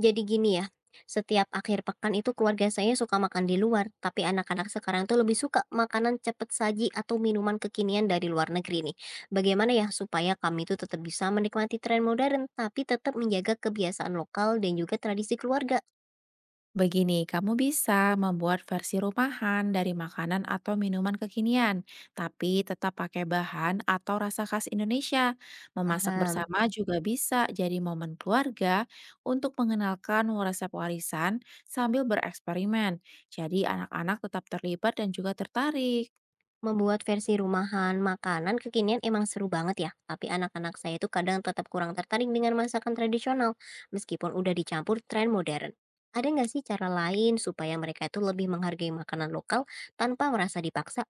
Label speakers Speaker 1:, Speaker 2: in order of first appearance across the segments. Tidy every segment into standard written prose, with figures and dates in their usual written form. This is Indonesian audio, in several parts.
Speaker 1: Jadi gini ya, setiap akhir pekan itu keluarga saya suka makan di luar, tapi anak-anak sekarang tuh lebih suka makanan cepat saji atau minuman kekinian dari luar negeri nih. Bagaimana ya supaya kami itu tetap bisa menikmati tren modern, tapi tetap menjaga kebiasaan lokal dan juga tradisi keluarga?
Speaker 2: Begini, kamu bisa membuat versi rumahan dari makanan atau minuman kekinian, tapi tetap pakai bahan atau rasa khas Indonesia. Memasak
Speaker 1: Paham.
Speaker 2: bersama juga bisa jadi momen keluarga untuk mengenalkan resep warisan sambil bereksperimen. Jadi anak-anak tetap terlibat dan juga tertarik.
Speaker 1: Membuat versi rumahan makanan kekinian emang seru banget ya, tapi anak-anak saya itu kadang tetap kurang tertarik dengan masakan tradisional, meskipun udah dicampur tren modern. Ada nggak sih cara lain supaya mereka itu lebih menghargai makanan lokal tanpa merasa dipaksa?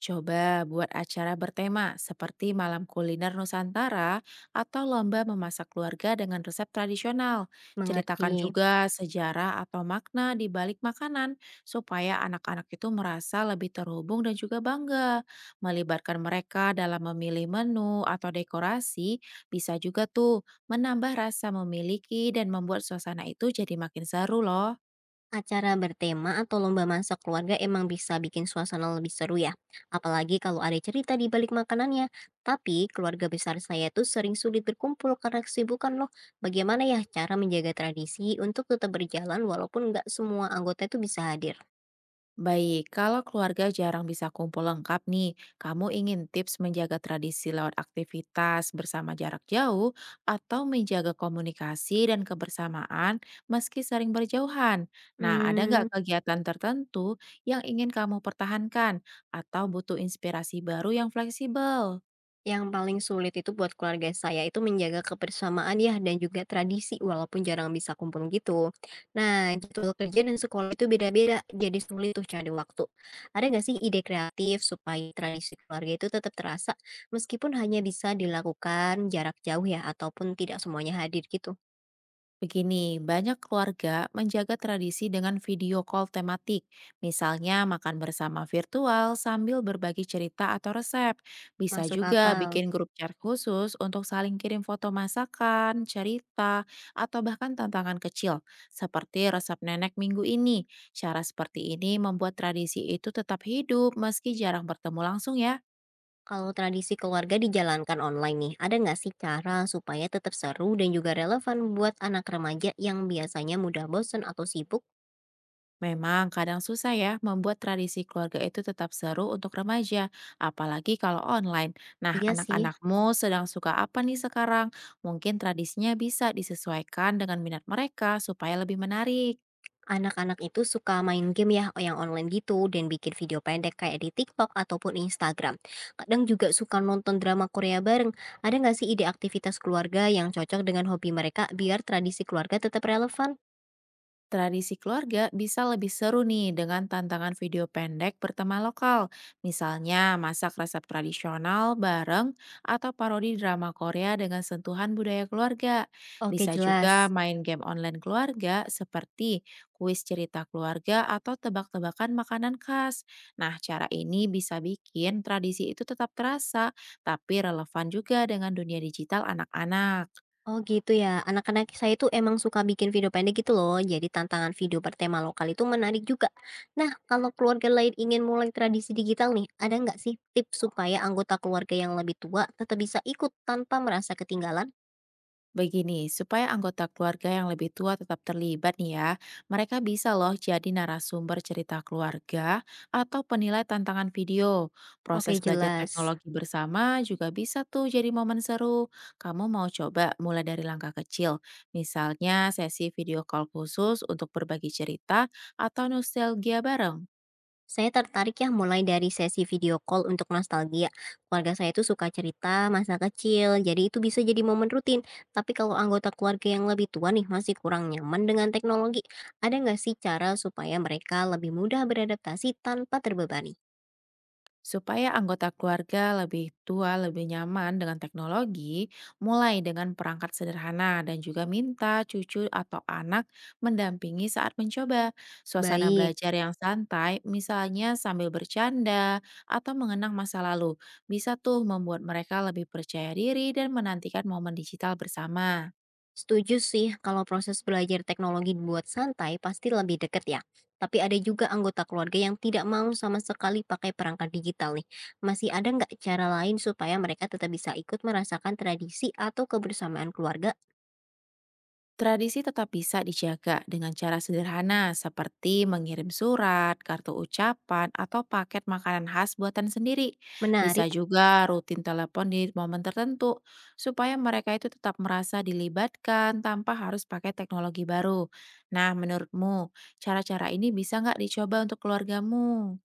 Speaker 2: Coba buat acara bertema seperti malam kuliner Nusantara atau lomba memasak keluarga dengan resep tradisional. Ceritakan
Speaker 1: Mengerti.
Speaker 2: juga sejarah atau makna di balik makanan supaya anak-anak itu merasa lebih terhubung dan juga bangga. Melibatkan mereka dalam memilih menu atau dekorasi bisa juga tuh menambah rasa memiliki dan membuat suasana itu jadi makin seru loh.
Speaker 1: Acara bertema atau lomba masak keluarga emang bisa bikin suasana lebih seru ya, apalagi kalau ada cerita di balik makanannya. Tapi keluarga besar saya tuh sering sulit berkumpul karena kesibukan loh. Bagaimana ya cara menjaga tradisi untuk tetap berjalan walaupun nggak semua anggota itu bisa hadir?
Speaker 2: Baik, kalau keluarga jarang bisa kumpul lengkap nih, kamu ingin tips menjaga tradisi lewat aktivitas bersama jarak jauh atau menjaga komunikasi dan kebersamaan meski sering berjauhan? Nah, ada
Speaker 1: Hmm.
Speaker 2: nggak kegiatan tertentu yang ingin kamu pertahankan atau butuh inspirasi baru yang fleksibel?
Speaker 1: Yang paling sulit itu buat keluarga saya itu menjaga kebersamaan ya dan juga tradisi walaupun jarang bisa kumpul gitu. Nah, jadwal kerja dan sekolah itu beda-beda, jadi sulit tuh cari waktu. Ada nggak sih ide kreatif supaya tradisi keluarga itu tetap terasa meskipun hanya bisa dilakukan jarak jauh ya ataupun tidak semuanya hadir gitu?
Speaker 2: Begini, banyak keluarga menjaga tradisi dengan video call tematik. Misalnya makan bersama virtual sambil berbagi cerita atau resep. Bisa
Speaker 1: Masuk
Speaker 2: juga
Speaker 1: akal.
Speaker 2: bikin grup chat khusus untuk saling kirim foto masakan, cerita, atau bahkan tantangan kecil. Seperti resep nenek minggu ini. Cara seperti ini membuat tradisi itu tetap hidup meski jarang bertemu langsung ya.
Speaker 1: Kalau tradisi keluarga dijalankan online nih, ada nggak sih cara supaya tetap seru dan juga relevan buat anak remaja yang biasanya mudah bosen atau sibuk?
Speaker 2: Memang kadang susah ya membuat tradisi keluarga itu tetap seru untuk remaja, apalagi kalau online. Nah,
Speaker 1: Iya sih.
Speaker 2: anak-anakmu sedang suka apa nih sekarang? Mungkin tradisinya bisa disesuaikan dengan minat mereka supaya lebih menarik.
Speaker 1: Anak-anak itu suka main game ya yang online gitu dan bikin video pendek kayak di TikTok ataupun Instagram. Kadang juga suka nonton drama Korea bareng. Ada nggak sih ide aktivitas keluarga yang cocok dengan hobi mereka biar tradisi keluarga tetap relevan?
Speaker 2: Tradisi keluarga bisa lebih seru nih dengan tantangan video pendek bertema lokal. Misalnya masak resep tradisional bareng atau parodi drama Korea dengan sentuhan budaya keluarga.
Speaker 1: Oke,
Speaker 2: Bisa juga
Speaker 1: jelas.
Speaker 2: main game online keluarga seperti kuis cerita keluarga atau tebak-tebakan makanan khas. Nah, cara ini bisa bikin tradisi itu tetap terasa tapi relevan juga dengan dunia digital anak-anak.
Speaker 1: Oh gitu ya, anak-anak saya tuh emang suka bikin video pendek gitu loh, jadi tantangan video bertema lokal itu menarik juga. Nah, kalau keluarga lain ingin mulai tradisi digital nih, ada nggak sih tips supaya anggota keluarga yang lebih tua tetap bisa ikut tanpa merasa ketinggalan?
Speaker 2: Begini, supaya anggota keluarga yang lebih tua tetap terlibat nih ya, mereka bisa loh jadi narasumber cerita keluarga atau penilai tantangan video.
Speaker 1: Oke,
Speaker 2: Proses belajar
Speaker 1: jelas.
Speaker 2: teknologi bersama juga bisa tuh jadi momen seru. Kamu mau coba mulai dari langkah kecil, misalnya sesi video call khusus untuk berbagi cerita atau nostalgia bareng.
Speaker 1: Saya tertarik ya mulai dari sesi video call untuk nostalgia. Keluarga saya itu suka cerita masa kecil, jadi itu bisa jadi momen rutin. Tapi kalau anggota keluarga yang lebih tua nih masih kurang nyaman dengan teknologi, ada nggak sih cara supaya mereka lebih mudah beradaptasi tanpa terbebani?
Speaker 2: Supaya anggota keluarga lebih tua, lebih nyaman dengan teknologi, mulai dengan perangkat sederhana dan juga minta cucu atau anak mendampingi saat mencoba. Suasana
Speaker 1: Baik.
Speaker 2: belajar yang santai, misalnya sambil bercanda atau mengenang masa lalu, bisa tuh membuat mereka lebih percaya diri dan menantikan momen digital bersama.
Speaker 1: Setuju sih kalau proses belajar teknologi dibuat santai pasti lebih deket ya. Tapi ada juga anggota keluarga yang tidak mau sama sekali pakai perangkat digital nih. Masih ada nggak cara lain supaya mereka tetap bisa ikut merasakan tradisi atau kebersamaan keluarga?
Speaker 2: Tradisi tetap bisa dijaga dengan cara sederhana seperti mengirim surat, kartu ucapan, atau paket makanan khas buatan sendiri. Bisa
Speaker 1: Menarik.
Speaker 2: juga rutin telepon di momen tertentu supaya mereka itu tetap merasa dilibatkan tanpa harus pakai teknologi baru. Nah, menurutmu cara-cara ini bisa nggak dicoba untuk keluargamu?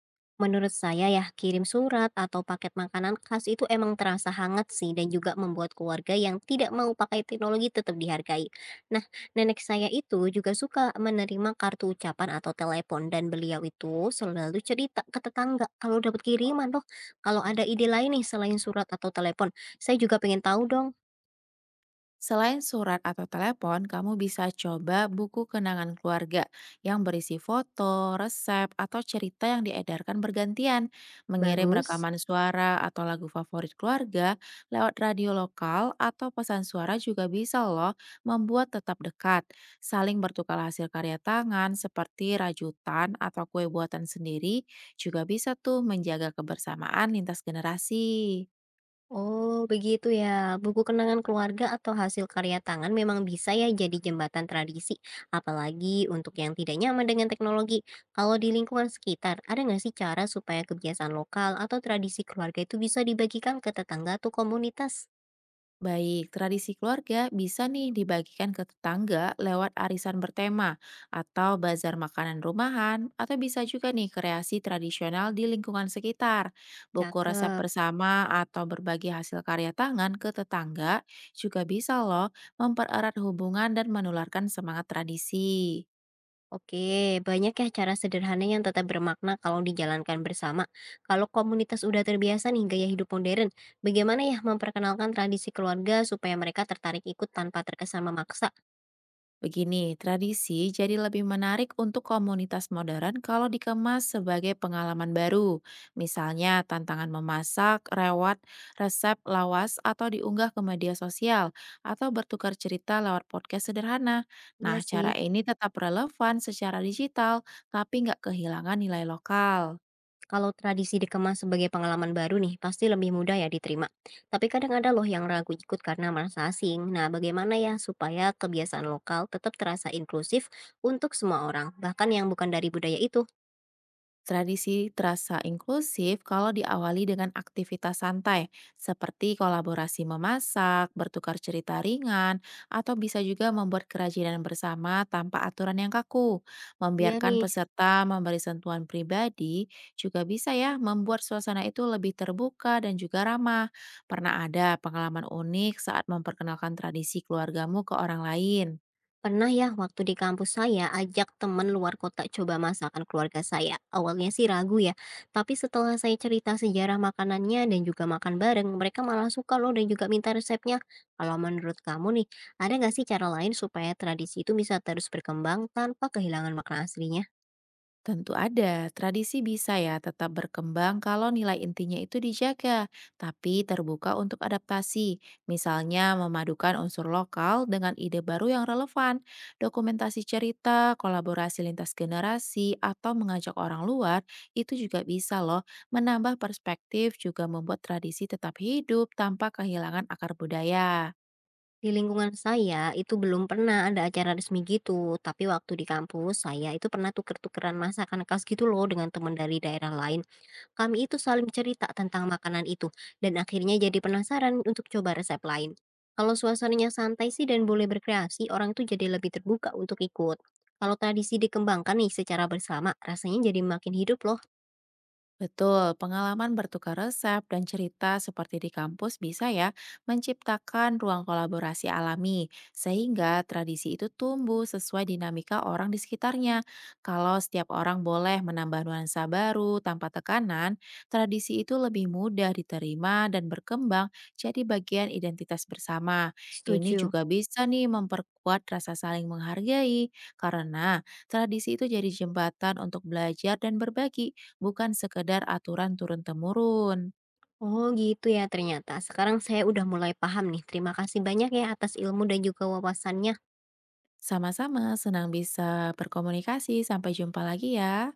Speaker 1: Menurut saya ya, kirim surat atau paket makanan khas itu emang terasa hangat sih dan juga membuat keluarga yang tidak mau pakai teknologi tetap dihargai. Nah, nenek saya itu juga suka menerima kartu ucapan atau telepon dan beliau itu selalu cerita ke tetangga kalau dapat kiriman loh. Kalau ada ide lain nih selain surat atau telepon, saya juga pengen tahu dong.
Speaker 2: Selain surat atau telepon, kamu bisa coba buku kenangan keluarga yang berisi foto, resep, atau cerita yang diedarkan bergantian. Mengirim
Speaker 1: Bagus.
Speaker 2: rekaman suara atau lagu favorit keluarga lewat radio lokal atau pesan suara juga bisa loh membuat tetap dekat. Saling bertukar hasil karya tangan seperti rajutan atau kue buatan sendiri juga bisa tuh menjaga kebersamaan lintas generasi.
Speaker 1: Oh, begitu ya. Buku kenangan keluarga atau hasil karya tangan memang bisa ya jadi jembatan tradisi, apalagi untuk yang tidak nyaman dengan teknologi. Kalau di lingkungan sekitar, ada nggak sih cara supaya kebiasaan lokal atau tradisi keluarga itu bisa dibagikan ke tetangga atau komunitas?
Speaker 2: Baik, tradisi keluarga bisa nih dibagikan ke tetangga lewat arisan bertema atau bazar makanan rumahan atau bisa juga nih kreasi tradisional di lingkungan sekitar. Buku resep
Speaker 1: Cakep.
Speaker 2: bersama atau berbagi hasil karya tangan ke tetangga juga bisa loh mempererat hubungan dan menularkan semangat tradisi.
Speaker 1: Oke, banyak ya cara sederhana yang tetap bermakna kalau dijalankan bersama. Kalau komunitas udah terbiasa nih gaya hidup modern, bagaimana ya memperkenalkan tradisi keluarga supaya mereka tertarik ikut tanpa terkesan memaksa?
Speaker 2: Begini, tradisi jadi lebih menarik untuk komunitas modern kalau dikemas sebagai pengalaman baru. Misalnya, tantangan memasak, lewat resep lawas, atau diunggah ke media sosial, atau bertukar cerita lewat podcast sederhana. Nah,
Speaker 1: Iya
Speaker 2: cara
Speaker 1: sih.
Speaker 2: ini tetap relevan secara digital, tapi nggak kehilangan nilai lokal.
Speaker 1: Kalau tradisi dikemas sebagai pengalaman baru nih, pasti lebih mudah ya diterima. Tapi kadang ada loh yang ragu ikut karena merasa asing. Nah, bagaimana ya supaya kebiasaan lokal tetap terasa inklusif untuk semua orang, bahkan yang bukan dari budaya itu?
Speaker 2: Tradisi terasa inklusif kalau diawali dengan aktivitas santai, seperti kolaborasi memasak, bertukar cerita ringan, atau bisa juga membuat kerajinan bersama tanpa aturan yang kaku.
Speaker 1: Iya
Speaker 2: Membiarkan
Speaker 1: nih.
Speaker 2: peserta memberi sentuhan pribadi juga bisa ya membuat suasana itu lebih terbuka dan juga ramah. Pernah ada pengalaman unik saat memperkenalkan tradisi keluargamu ke orang lain?
Speaker 1: Pernah ya waktu di kampus saya ajak teman luar kota coba masakan keluarga saya. Awalnya sih ragu ya, tapi setelah saya cerita sejarah makanannya dan juga makan bareng, mereka malah suka loh dan juga minta resepnya. Kalau menurut kamu nih, ada nggak sih cara lain supaya tradisi itu bisa terus berkembang tanpa kehilangan makna aslinya?
Speaker 2: Tentu ada, tradisi bisa ya tetap berkembang kalau nilai intinya itu dijaga, tapi terbuka untuk adaptasi. Misalnya memadukan unsur lokal dengan ide baru yang relevan, dokumentasi cerita, kolaborasi lintas generasi, atau mengajak orang luar, itu juga bisa loh menambah perspektif juga membuat tradisi tetap hidup tanpa kehilangan akar budaya.
Speaker 1: Di lingkungan saya itu belum pernah ada acara resmi gitu, tapi waktu di kampus saya itu pernah tuker-tukeran masakan khas gitu loh dengan teman dari daerah lain. Kami itu saling cerita tentang makanan itu dan akhirnya jadi penasaran untuk coba resep lain. Kalau suasananya santai sih dan boleh berkreasi, orang itu jadi lebih terbuka untuk ikut. Kalau tradisi dikembangkan nih secara bersama, rasanya jadi makin hidup loh.
Speaker 2: Betul, pengalaman bertukar resep dan cerita seperti di kampus bisa ya menciptakan ruang kolaborasi alami, sehingga tradisi itu tumbuh sesuai dinamika orang di sekitarnya. Kalau setiap orang boleh menambah nuansa baru tanpa tekanan, tradisi itu lebih mudah diterima dan berkembang jadi bagian identitas bersama. Ini
Speaker 1: Setuju.
Speaker 2: juga bisa nih memperkuat rasa saling menghargai, karena tradisi itu jadi jembatan untuk belajar dan berbagi bukan sekedar aturan turun-temurun.
Speaker 1: Oh gitu ya ternyata. Sekarang saya udah mulai paham nih. Terima kasih banyak ya atas ilmu dan juga wawasannya.
Speaker 2: Sama-sama, senang bisa berkomunikasi. Sampai jumpa lagi ya.